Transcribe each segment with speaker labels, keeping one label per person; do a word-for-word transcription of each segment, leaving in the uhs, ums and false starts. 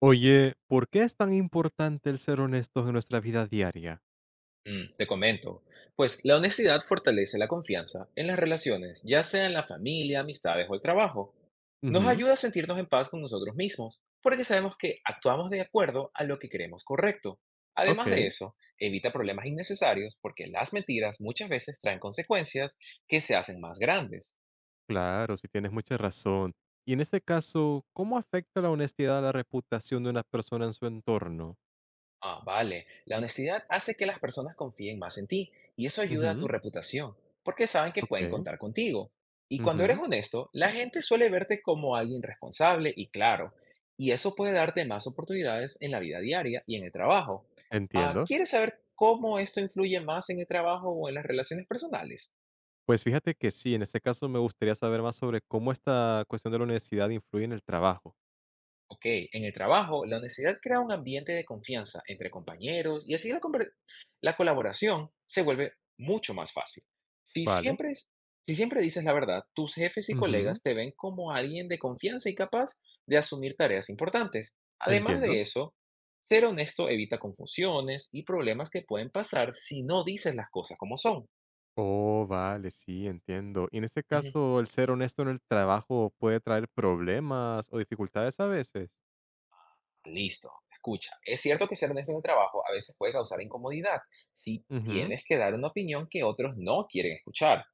Speaker 1: Oye, ¿por qué es tan importante el ser honestos en nuestra vida diaria?
Speaker 2: Mm, te comento. Pues la honestidad fortalece la confianza en las relaciones, ya sea en la familia, amistades o el trabajo. Nos
Speaker 1: Ujú.
Speaker 2: ayuda a sentirnos en paz con nosotros mismos, porque sabemos que actuamos de acuerdo a lo que creemos correcto.
Speaker 1: Ok,
Speaker 2: Además de eso, evita problemas innecesarios porque las mentiras muchas veces traen consecuencias que se hacen más grandes.
Speaker 1: claro, si tienes mucha razón. Y en este caso, ¿cómo afecta la honestidad a la reputación de una persona en su entorno?
Speaker 2: Ah, vale. La honestidad hace que las personas confíen más en ti y eso ayuda a tu
Speaker 1: Ujú.
Speaker 2: reputación, porque saben que pueden
Speaker 1: Ok,
Speaker 2: contar contigo. Y cuando eres
Speaker 1: ujú,
Speaker 2: honesto, la gente suele verte como alguien responsable y claro, y eso puede darte más oportunidades en la vida diaria y en el trabajo. Ah,
Speaker 1: entiendo.
Speaker 2: ¿quieres saber cómo esto influye más en el trabajo o en las relaciones personales?
Speaker 1: Pues fíjate que sí, en este caso me gustaría saber más sobre cómo esta cuestión de la honestidad influye en el trabajo.
Speaker 2: Ok, en el trabajo, la honestidad crea un ambiente de confianza entre compañeros y así la, conver- la colaboración se vuelve mucho más fácil. Si
Speaker 1: Vale.
Speaker 2: siempre, es- si siempre dices la verdad, tus jefes y
Speaker 1: Ujú.
Speaker 2: colegas te ven como alguien de confianza y capaz de asumir tareas importantes. Además
Speaker 1: Entiendo.
Speaker 2: de eso, ser honesto evita confusiones y problemas que pueden pasar si no dices las cosas como son.
Speaker 1: Oh, vale, sí, entiendo. Y en este caso, el ser honesto en el trabajo puede traer problemas o dificultades a veces.
Speaker 2: Listo, escucha, es cierto que ser honesto en el trabajo a veces puede causar incomodidad si
Speaker 1: Ujú,
Speaker 2: tienes que dar una opinión que otros no quieren escuchar.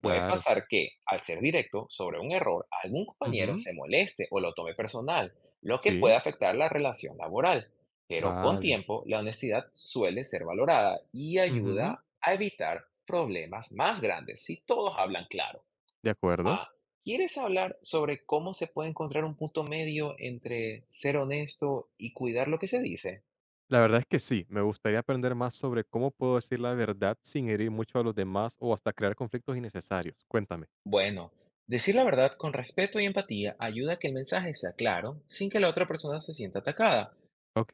Speaker 2: Puede
Speaker 1: claro.
Speaker 2: pasar que, al ser directo sobre un error, algún compañero
Speaker 1: Ujú,
Speaker 2: se moleste o lo tome personal, lo que puede
Speaker 1: sí,
Speaker 2: afectar la relación laboral. Pero con
Speaker 1: vale.
Speaker 2: tiempo, la honestidad suele ser valorada y
Speaker 1: Ujú,
Speaker 2: ayuda a evitar problemas más grandes si todos hablan claro.
Speaker 1: de acuerdo.
Speaker 2: Ah, ¿quieres hablar sobre cómo se puede encontrar un punto medio entre ser honesto y cuidar lo que se dice?
Speaker 1: La verdad es que sí, me gustaría aprender más sobre cómo puedo decir la verdad sin herir mucho a los demás o hasta crear conflictos innecesarios. Cuéntame.
Speaker 2: Bueno, decir la verdad con respeto y empatía ayuda a que el mensaje sea claro sin que la otra persona se sienta atacada.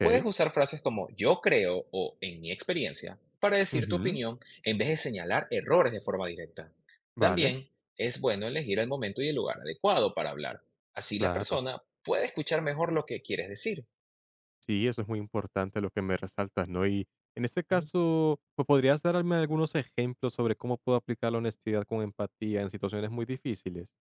Speaker 2: Puedes usar frases como yo creo o en mi experiencia para decir tu
Speaker 1: Ujú,
Speaker 2: opinión en vez de señalar errores de forma directa.
Speaker 1: vale,
Speaker 2: También es bueno elegir el momento y el lugar adecuado para hablar. Así la
Speaker 1: claro.
Speaker 2: persona puede escuchar mejor lo que quieres decir.
Speaker 1: Sí, eso es muy importante lo que me resaltas, ¿no? Y en este caso, pues, ¿podrías darme algunos ejemplos sobre cómo puedo aplicar la honestidad con empatía en situaciones muy difíciles?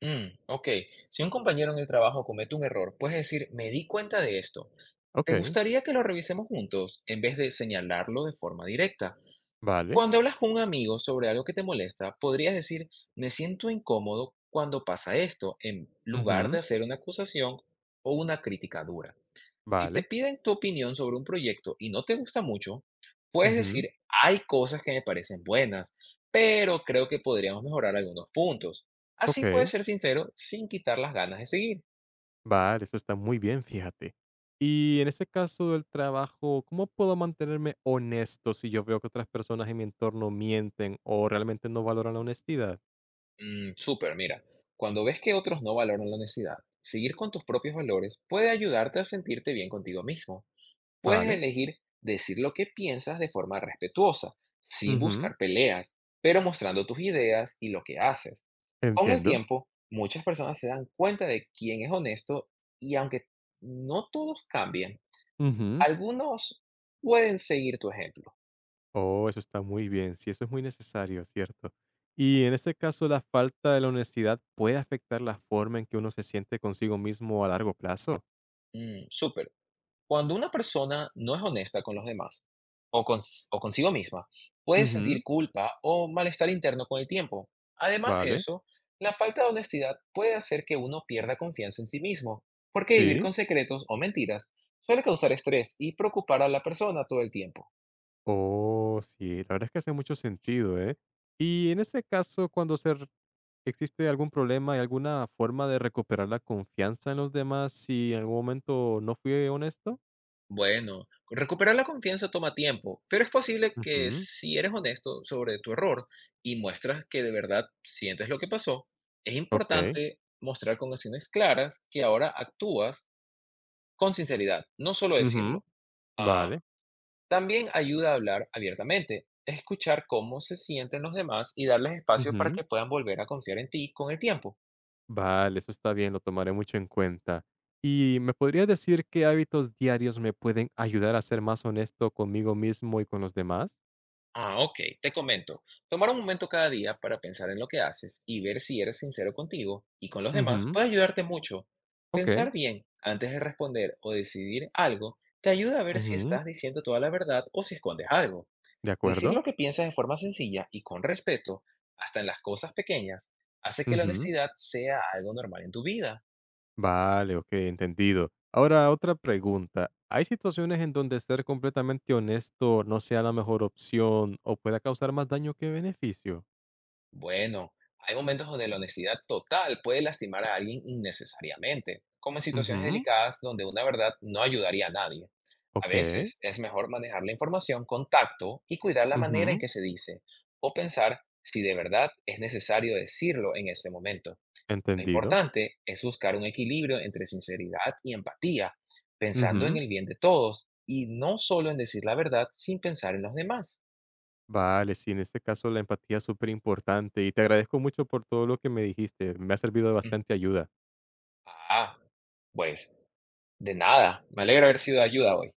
Speaker 2: Mm, ok. Si un compañero en el trabajo comete un error, puedes decir, me di cuenta de esto.
Speaker 1: Ok,
Speaker 2: ¿Te gustaría que lo revisemos juntos en vez de señalarlo de forma directa?
Speaker 1: vale.
Speaker 2: Cuando hablas con un amigo sobre algo que te molesta, podrías decir, me siento incómodo cuando pasa esto, en lugar
Speaker 1: Ujú,
Speaker 2: de hacer una acusación o una crítica dura. Si te
Speaker 1: vale.
Speaker 2: piden tu opinión sobre un proyecto y no te gusta mucho, puedes
Speaker 1: Ujú,
Speaker 2: decir, hay cosas que me parecen buenas, pero creo que podríamos mejorar algunos puntos. Así puedes
Speaker 1: ok,
Speaker 2: ser sincero sin quitar las ganas de seguir.
Speaker 1: vale, eso está muy bien, fíjate. Y en este caso del trabajo, ¿cómo puedo mantenerme honesto si yo veo que otras personas en mi entorno mienten o realmente no valoran la honestidad?
Speaker 2: Mm, súper, mira, cuando ves que otros no valoran la honestidad, seguir con tus propios valores puede ayudarte a sentirte bien contigo mismo. Puedes
Speaker 1: Vale.
Speaker 2: elegir decir lo que piensas de forma respetuosa, sin
Speaker 1: Ujú,
Speaker 2: buscar peleas, pero mostrando tus ideas y lo que haces. Con el
Speaker 1: entiendo.
Speaker 2: tiempo, muchas personas se dan cuenta de quién es honesto y aunque no todos cambian,
Speaker 1: Ujú.
Speaker 2: algunos pueden seguir tu ejemplo.
Speaker 1: Oh, eso está muy bien. Sí, eso es muy necesario, ¿cierto? Y en este caso, ¿la falta de la honestidad puede afectar la forma en que uno se siente consigo mismo a largo plazo?
Speaker 2: Mm, súper. Cuando una persona no es honesta con los demás o, con o consigo misma, puede
Speaker 1: Ujú,
Speaker 2: sentir culpa o malestar interno con el tiempo. Además de
Speaker 1: vale,
Speaker 2: eso, la falta de honestidad puede hacer que uno pierda confianza en sí mismo, porque vivir
Speaker 1: sí.
Speaker 2: con secretos o mentiras suele causar estrés y preocupar a la persona todo el tiempo.
Speaker 1: Oh, sí, la verdad es que hace mucho sentido, ¿eh? Y en este caso, cuando se r- existe algún problema, ¿hay alguna forma de recuperar la confianza en los demás si en algún momento no fui honesto?
Speaker 2: Bueno, recuperar la confianza toma tiempo, pero es posible que
Speaker 1: Ujú,
Speaker 2: si eres honesto sobre tu error y muestras que de verdad sientes lo que pasó, es
Speaker 1: ok.
Speaker 2: importante mostrar con acciones claras que ahora actúas con sinceridad, no solo
Speaker 1: Ujú,
Speaker 2: decirlo. Ah,
Speaker 1: vale.
Speaker 2: también ayuda a hablar abiertamente, escuchar cómo se sienten los demás y darles espacio para
Speaker 1: Ujú.
Speaker 2: que puedan volver a confiar en ti con el tiempo.
Speaker 1: Vale, eso está bien, lo tomaré mucho en cuenta. ¿Y me podría decir qué hábitos diarios me pueden ayudar a ser más honesto conmigo mismo y con los demás?
Speaker 2: Ah, ok, te comento. Tomar un momento cada día para pensar en lo que haces y ver si eres sincero contigo y con los demás
Speaker 1: Ujú,
Speaker 2: puede ayudarte mucho.
Speaker 1: ok.
Speaker 2: Pensar bien antes de responder o decidir algo te ayuda a ver si
Speaker 1: Ujú,
Speaker 2: estás diciendo toda la verdad o si escondes algo.
Speaker 1: ¿de
Speaker 2: Decir
Speaker 1: acuerdo?
Speaker 2: lo que piensas de forma sencilla y con respeto, hasta en las cosas pequeñas, hace que la
Speaker 1: Ujú,
Speaker 2: honestidad sea algo normal en tu vida.
Speaker 1: vale, ok, entendido. Ahora, otra pregunta. ¿Hay situaciones en donde ser completamente honesto no sea la mejor opción o pueda causar más daño que beneficio?
Speaker 2: Bueno, hay momentos donde la honestidad total puede lastimar a alguien innecesariamente, como en situaciones
Speaker 1: Ujú,
Speaker 2: delicadas donde una verdad no ayudaría a nadie. A
Speaker 1: ok.
Speaker 2: veces es mejor manejar la información con tacto y cuidar la manera en
Speaker 1: Ujú,
Speaker 2: que se dice, o pensar si de verdad es necesario decirlo en ese momento. Lo
Speaker 1: entendido.
Speaker 2: importante es buscar un equilibrio entre sinceridad y empatía, pensando en
Speaker 1: Ujú.
Speaker 2: el bien de todos y no solo en decir la verdad sin pensar en los demás.
Speaker 1: Vale, sí, en este caso la empatía es súper importante y te agradezco mucho por todo lo que me dijiste. Me ha servido de
Speaker 2: Ujú.
Speaker 1: bastante ayuda.
Speaker 2: Ah, pues De nada, me alegro haber sido de ayuda hoy.